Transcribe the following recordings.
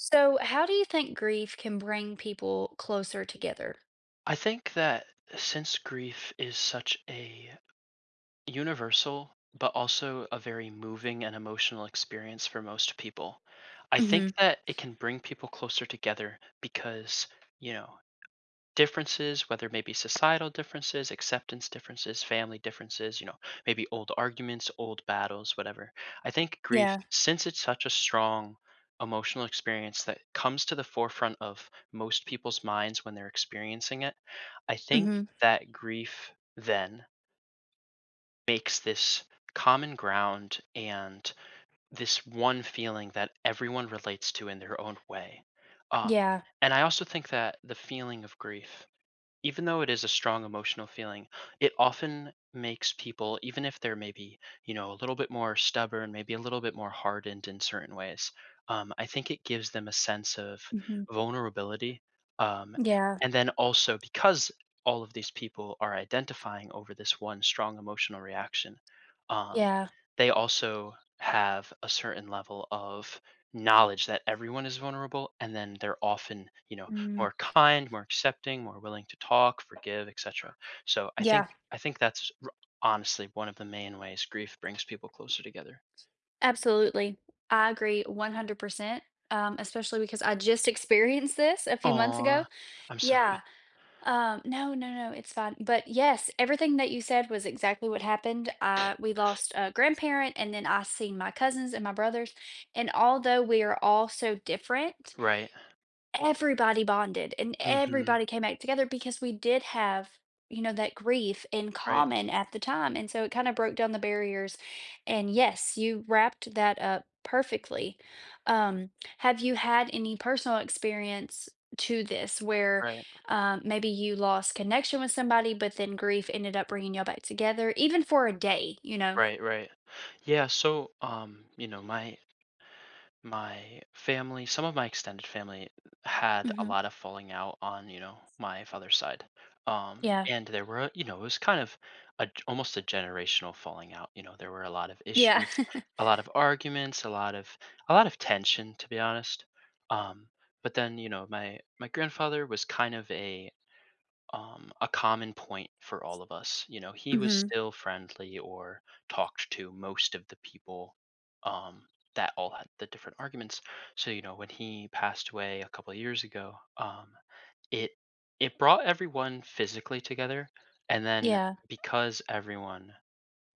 So, how do you think grief can bring people closer together? I think that since grief is such a universal but also a very moving and emotional experience for most people, I Mm-hmm. think that it can bring people closer together because, you know, differences, whether maybe societal differences, acceptance differences, family differences, maybe old arguments, old battles, whatever. I think grief, Yeah. since it's such a strong emotional experience that comes to the forefront of most people's minds when they're experiencing it, I think Mm-hmm. that grief then makes this common ground and this one feeling that everyone relates to in their own way. Um, Yeah. and I also think that the feeling of grief, even though it is a strong emotional feeling, it often makes people, even if they're maybe, a little bit more stubborn, maybe a little bit more hardened in certain ways. I think it gives them a sense of Mm-hmm. vulnerability. Um, Yeah. and then also, because all of these people are identifying over this one strong emotional reaction, um, Yeah. they also have a certain level of knowledge that everyone is vulnerable, and then they're often Mm. more kind, more accepting, more willing to talk, forgive, etc. So I think Yeah. I think that's r- honestly one of the main ways grief brings people closer together. Absolutely. I agree 100%, especially because I just experienced this a few months ago. Aw, I'm Yeah. sorry. No, no, no, it's fine. But yes, everything that you said was exactly what happened. We lost a grandparent, and then I seen my cousins and my brothers. And although we are all so different, Right. everybody bonded and mm hmm everybody came back together because we did have that grief in Right. common at the time, and so it kind of broke down the barriers, and yes, you wrapped that up perfectly. Um have you had any personal experience to this where, Right. Maybe you lost connection with somebody but then grief ended up bringing y'all back together even for a day. Right. Right. Yeah. So, you know, My family some of my extended family had a Hmm. lot of falling out on, you know, my father's side. Yeah. And there were, you know, it was kind of a almost a generational falling out. You know, there were a lot of Yeah. issues, a lot of arguments, a lot of tension, to be honest. um, but then, you know, my grandfather was kind of a common point for all of us. You know, he was Hmm. still friendly or talked to most of the people um, that all had the different arguments. So, you know, when he passed away a couple of years ago, it it brought everyone physically together, and then Yeah. because everyone,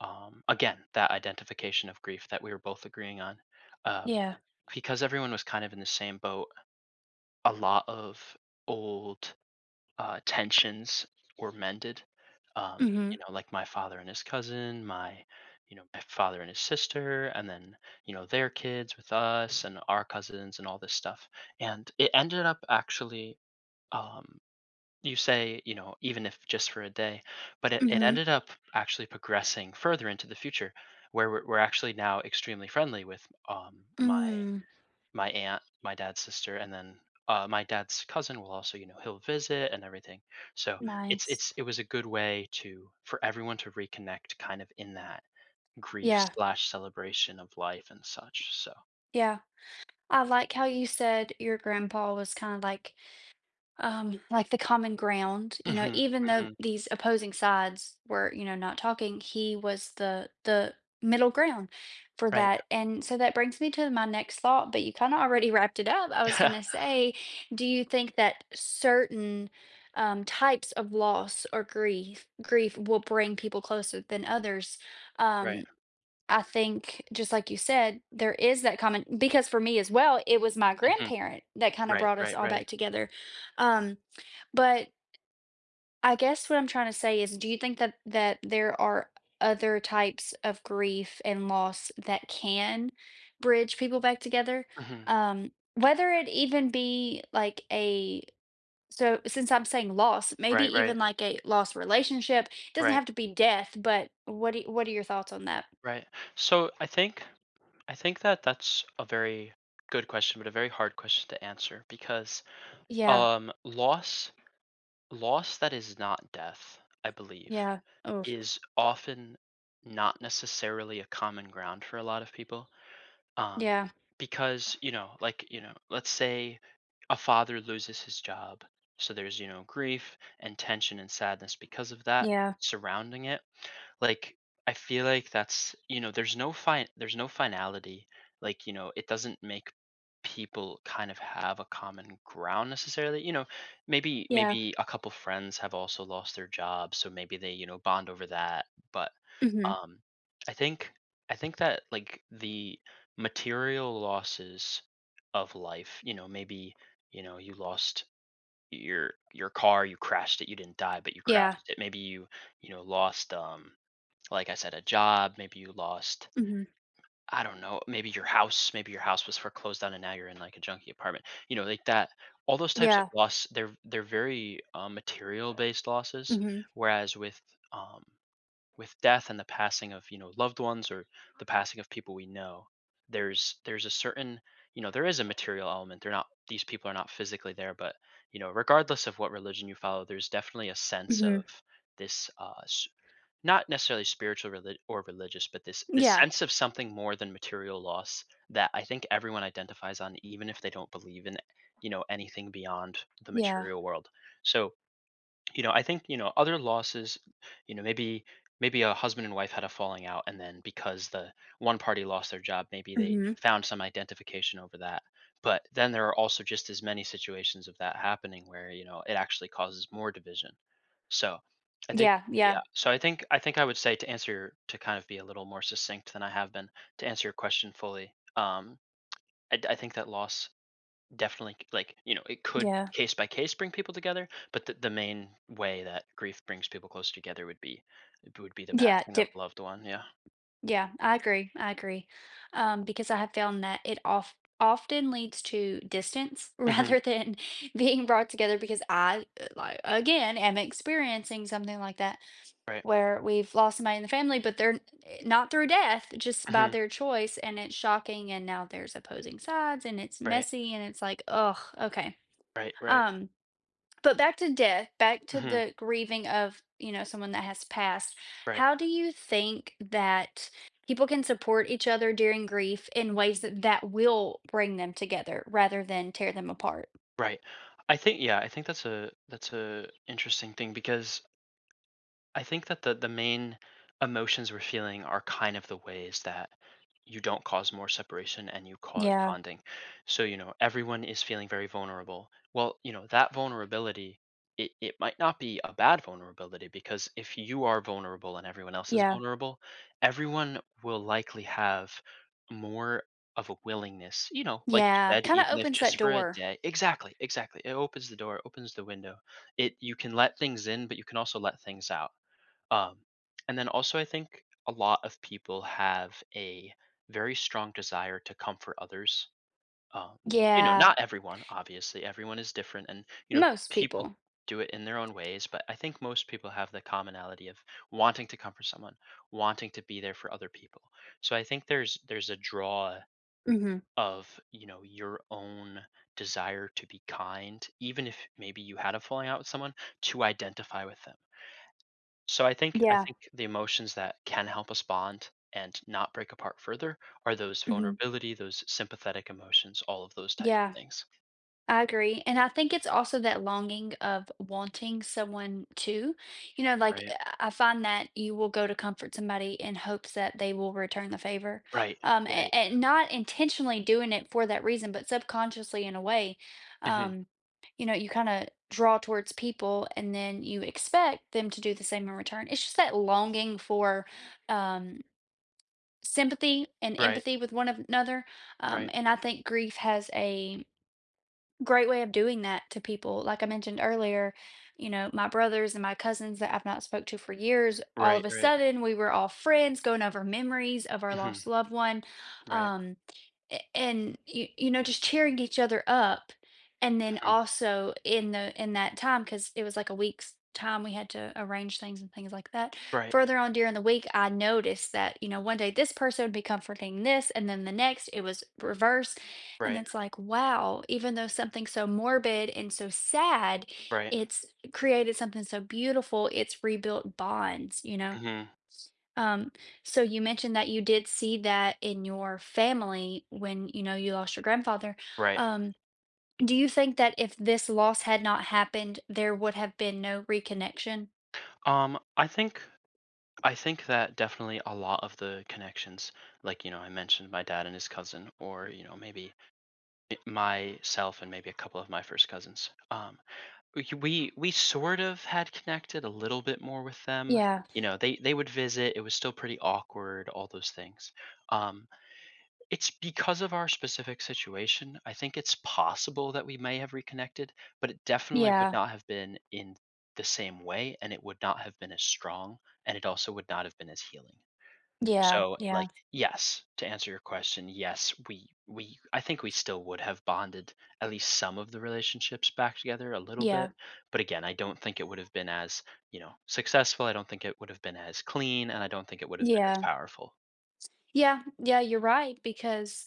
again, that identification of grief that we were both agreeing on. Um, Yeah. because everyone was kind of in the same boat, a lot of old tensions were mended. Um, Hmm. you know, like my father and his cousin, my you know, my father and his sister, and then, you know, their kids with us and our cousins and all this stuff. And it ended up actually, um, you say, you know, even if just for a day, but it Hmm. ended up actually progressing further into the future, where we're actually now extremely friendly with, Mm. my aunt, my dad's sister, and then, my dad's cousin will also, you know, he'll visit and everything. So it's Nice. it's it was a good way to for everyone to reconnect, kind of in that grief Yeah, slash celebration of life and such. So, yeah. I like how you said your grandpa was kinda like the common ground, hmm. even though Hmm. these opposing sides were, not talking, he was the middle ground for Right. that, and so that brings me to my next thought, but you kinda already wrapped it up. I was gonna say, do you think that certain, types of loss or grief will bring people closer than others? Right. Um I think, just like you said, there is that common because for me as well, it was my Hmm. grandparent that kinda Right. brought us Right. all Right. back together, um, but I guess what I'm trying to say is, do you think that there are other types of grief and loss that can bridge people back together? Hmm. Whether it even be like a... Since I'm saying loss, maybe Right. Right. even like a lost relationship, it doesn't Right. have to be death, but what are your thoughts on that? Right. So I think that that's a very good question, but a very hard question to answer because, Yeah. um loss loss that is not death, I believe, Yeah. Oof. is often not necessarily a common ground for a lot of people. Um, Yeah. because, you know, like, you know, let's say a father loses his job. So there's, you know, grief and tension and sadness because of that Yeah. surrounding it. Like, I feel like that's, you know, there's no finality. Like, you know, it doesn't make people kind of have a common ground necessarily. You know, Yeah. maybe a couple friends have also lost their jobs, so maybe they, you know, bond over that. But Mhm. um I think that like the material losses of life, you know, maybe, you know, you lost your car, you crashed it, you didn't die, but you Yeah. crashed it. Maybe you, you know, lost like I said, a job, maybe you lost, Mhm. I don't know, maybe your house was foreclosed on and now you're in like a junky apartment. You know, like that, all those types of Yeah. loss, they're very material based losses, Mhm. whereas um with death and the passing of, you know, loved ones or the passing of people we know, there's a certain, you know, there is a material element. They're not, these people are not physically there, but, you know, regardless of what religion you follow, there's definitely a sense of Mhm. this not necessarily spiritual, or religious, but this Yeah. sense of something more than material loss that I think everyone identifies on, even if they don't believe in, you know, anything beyond the Yeah. material world. So, you know, I think, you know, other losses, you know, maybe, a husband and wife had a falling out, and then because the one party lost their job, maybe they Mhm. found some identification over that. But then there are also just as many situations of that happening where, you know, it actually causes more division. So I think, Yeah. Yeah. yeah, so I think, I would say, to kind of be a little more succinct than I have been, to answer your question fully, I think that loss definitely, like, you know, it could, Yeah. case by case, bring people together, but the main way that grief brings people closer together would be, the Yeah. passing Di of a loved one, yeah. Yeah. I agree. I agree. Because I have found that it off often leads to distance Hmm. rather than being brought together because I, like, again, am experiencing something like that. Right. Where we've lost somebody in the family, but they're not through death, just by Hmm. their choice, and it's shocking, and now there's opposing sides, and it's Right. messy, and it's like, oh, okay. Right. Right. Um, but back to death, back to Hmm. the grieving of, someone that has passed. Right. How do you think that people can support each other during grief in ways that will bring them together rather than tear them apart? Right. I think, yeah, I think that's a interesting thing because I think that the main emotions we're feeling are kind of the ways that you don't cause more separation and you cause Yeah, bonding. So, you know, everyone is feeling very vulnerable. Well, you know, that vulnerability, it might not be a bad vulnerability, because if you are vulnerable and everyone else is yeah, vulnerable, everyone will likely have more of a willingness, you know, like you yeah. said, Kind of even if opens that just for a door. day. Exactly, exactly. It opens the door, opens the window. It, you can let things in, but you can also let things out. um, and then also, I think a lot of people have a very strong desire to comfort others. Um, you know, Yeah, not everyone, obviously, everyone is different, and you know, most people people. do it in their own ways. But I think most people have the commonality of wanting to comfort someone, wanting to be there for other people. So I think there's a draw Hmm. of, you know, your own desire to be kind, even if maybe you had a falling out with someone, to identify with them. So I think Yeah. The emotions that can help us bond and not break apart further are those Mhm. vulnerability, those sympathetic emotions, all of those type of Yeah, things. I agree. And I think it's also that longing of wanting someone to, like Right. I find that you will go to comfort somebody in hopes that they will return the favor. Right. Um, and, Right. and not intentionally doing it for that reason, but subconsciously in a way, Hmm. um, you kind of draw towards people and then you expect them to do the same in return. It's just that longing for um, sympathy and Right. empathy with one another. Um, Right. and I think grief has a great way of doing that to people. Like I mentioned earlier, my brothers and my cousins that I've not spoke to for years, all Right. of a Right. sudden we were all friends going over memories of our Hmm. lost loved one. Right. Um, and you, just cheering each other up. And then Hmm. also in that time, because it was like a week's time we had to arrange things and things like that. Right. Further on during the week, I noticed that, one day this person would be comforting this, and then the next it was reversed, and Right. it's like, wow, even though something so morbid and so sad, Right. it's created something so beautiful. It's rebuilt bonds, you know? Hmm. Um, so you mentioned that you did see that in your family when, you lost your grandfather. Right. Um, do you think that if this loss had not happened, there would have been no reconnection? I think that definitely a lot of the connections, like, you know, I mentioned my dad and his cousin, or, you know, maybe myself and maybe a couple of my first cousins. We sort of had connected a little bit more with them. Yeah, You know, they would visit. It was still pretty awkward. All those things. Um, it's because of our specific situation. I think it's possible that we may have reconnected, but it definitely would yeah, not have been in the same way, and it would not have been as strong, and it also would not have been as healing. yeah, So, yeah, like, yes, to answer your question, yes, we, I think, we still would have bonded at least some of the relationships back together a little yeah, bit, but again, I don't think it would have been as, you know, successful. I don't think it would have been as clean, and I don't think it would have been as yeah, powerful. yeah, yeah, you're right because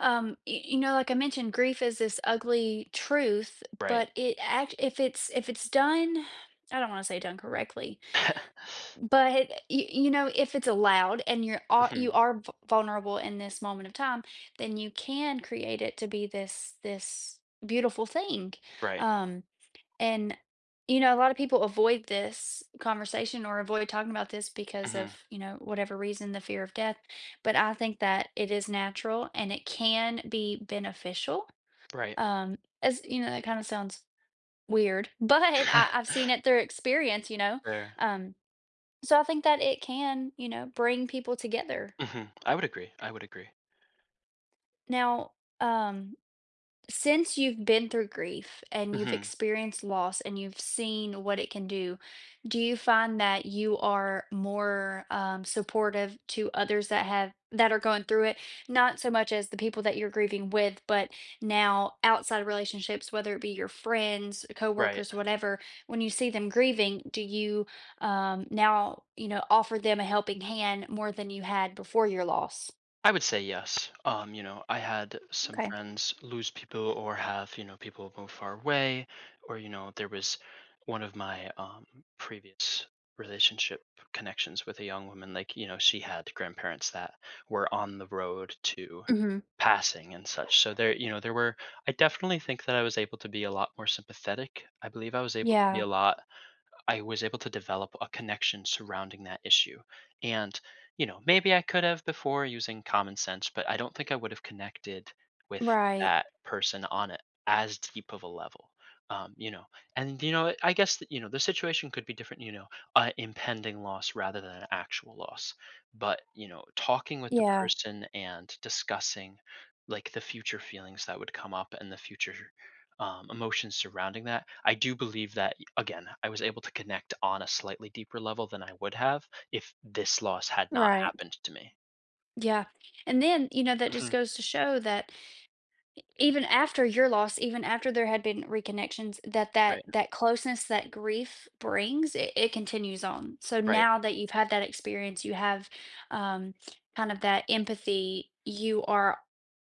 Like I mentioned, grief is this ugly truth, Right. but it act if it's done. I don't want to say done correctly, but you, if it's allowed and you Mhm. are vulnerable in this moment of time, then you can create it to be this beautiful thing. Right. Um, and, a lot of people avoid this conversation or avoid talking about this because of, Mhm. Whatever reason, the fear of death. But I think that it is natural and it can be beneficial. Right. As you know, that kind of sounds weird, but I've seen it through experience. There. Um, so I think that it can, bring people together. Mhm. I would agree. I would agree. Now, um, since you've been through grief and you've Mhm. experienced loss and you've seen what it can do, do you find that you are more supportive to others that are going through it? Not so much as the people that you're grieving with, but now outside relationships, whether it be your friends, Right. coworkers, whatever. When you see them grieving, do you, now offer them a helping hand more than you had before your loss? I would say yes. You know, I had some Okay. friends lose people or have, you know, people move far away, or, you know, there was one of my previous relationship connections with a young woman. Like, you know, she had grandparents that were on the road to Hmm. passing and such. So there, you know, there were, I definitely think that I was able to be a lot more sympathetic. I believe I was able to be Yeah. a lot, I was able to develop a connection surrounding that issue. And, you know, maybe I could have before using common sense, but I don't think I would have connected with Right. that person on it as deep of a level. You know, and you know, I guess that, you know, the situation could be different. You know, impending loss rather than an actual loss, but, you know, talking with the Yeah. person and discussing like the future feelings that would come up and the future, emotions surrounding that. I do believe that, again, I was able to connect on a slightly deeper level than I would have if this loss had not Right. happened to me. Yeah. And then, that just Mhm. goes to show that, even after your loss, even after there had been reconnections, that that Right, that closeness that grief brings, it continues on. So right, now that you've had that experience, you have um, kind of that empathy. You are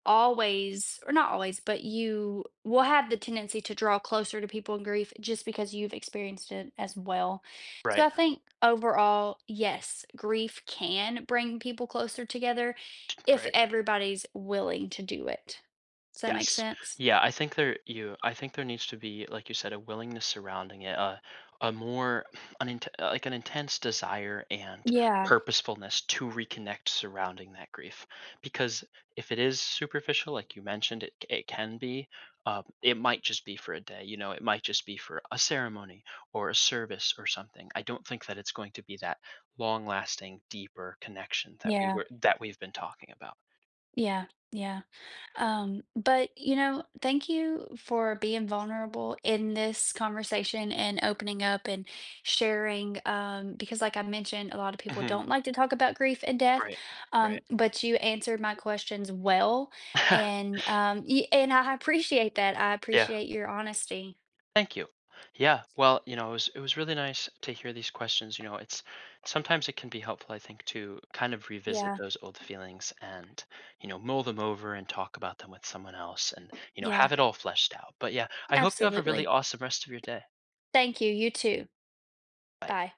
always, or not always, but you will have the tendency to draw closer to people in grief just because you've experienced it as well. So right, I think overall, yes, grief can bring people closer together if right. everybody's willing to do it. Does that make Yes. sense? Yeah, I think there you I think there needs to be, like you said, a willingness surrounding it, a more an int like an intense desire and Yeah, purposefulness to reconnect surrounding that grief. Because if it is superficial, like you mentioned, it can be, it might just be for a day, you know, it might just be for a ceremony or a service or something. I don't think that it's going to be that long-lasting, deeper connection that we yeah, were that we've been talking about. yeah, yeah. But thank you for being vulnerable in this conversation and opening up and sharing. Because like I mentioned, a lot of people Mhm. don't like to talk about grief and death. Right. Right. But you answered my questions well, and I appreciate that. I Yeah. appreciate your honesty. Thank you. Yeah, well, you know, it was really nice to hear these questions. You know, it's sometimes it can be helpful, I think, to kind of revisit Yeah, those old feelings, and, you know, mull them over and talk about them with someone else, and, you know, yeah, have it all fleshed out. But yeah, I hope you have a really absolutely. awesome rest of your day. Thank you. You too. Bye. Bye.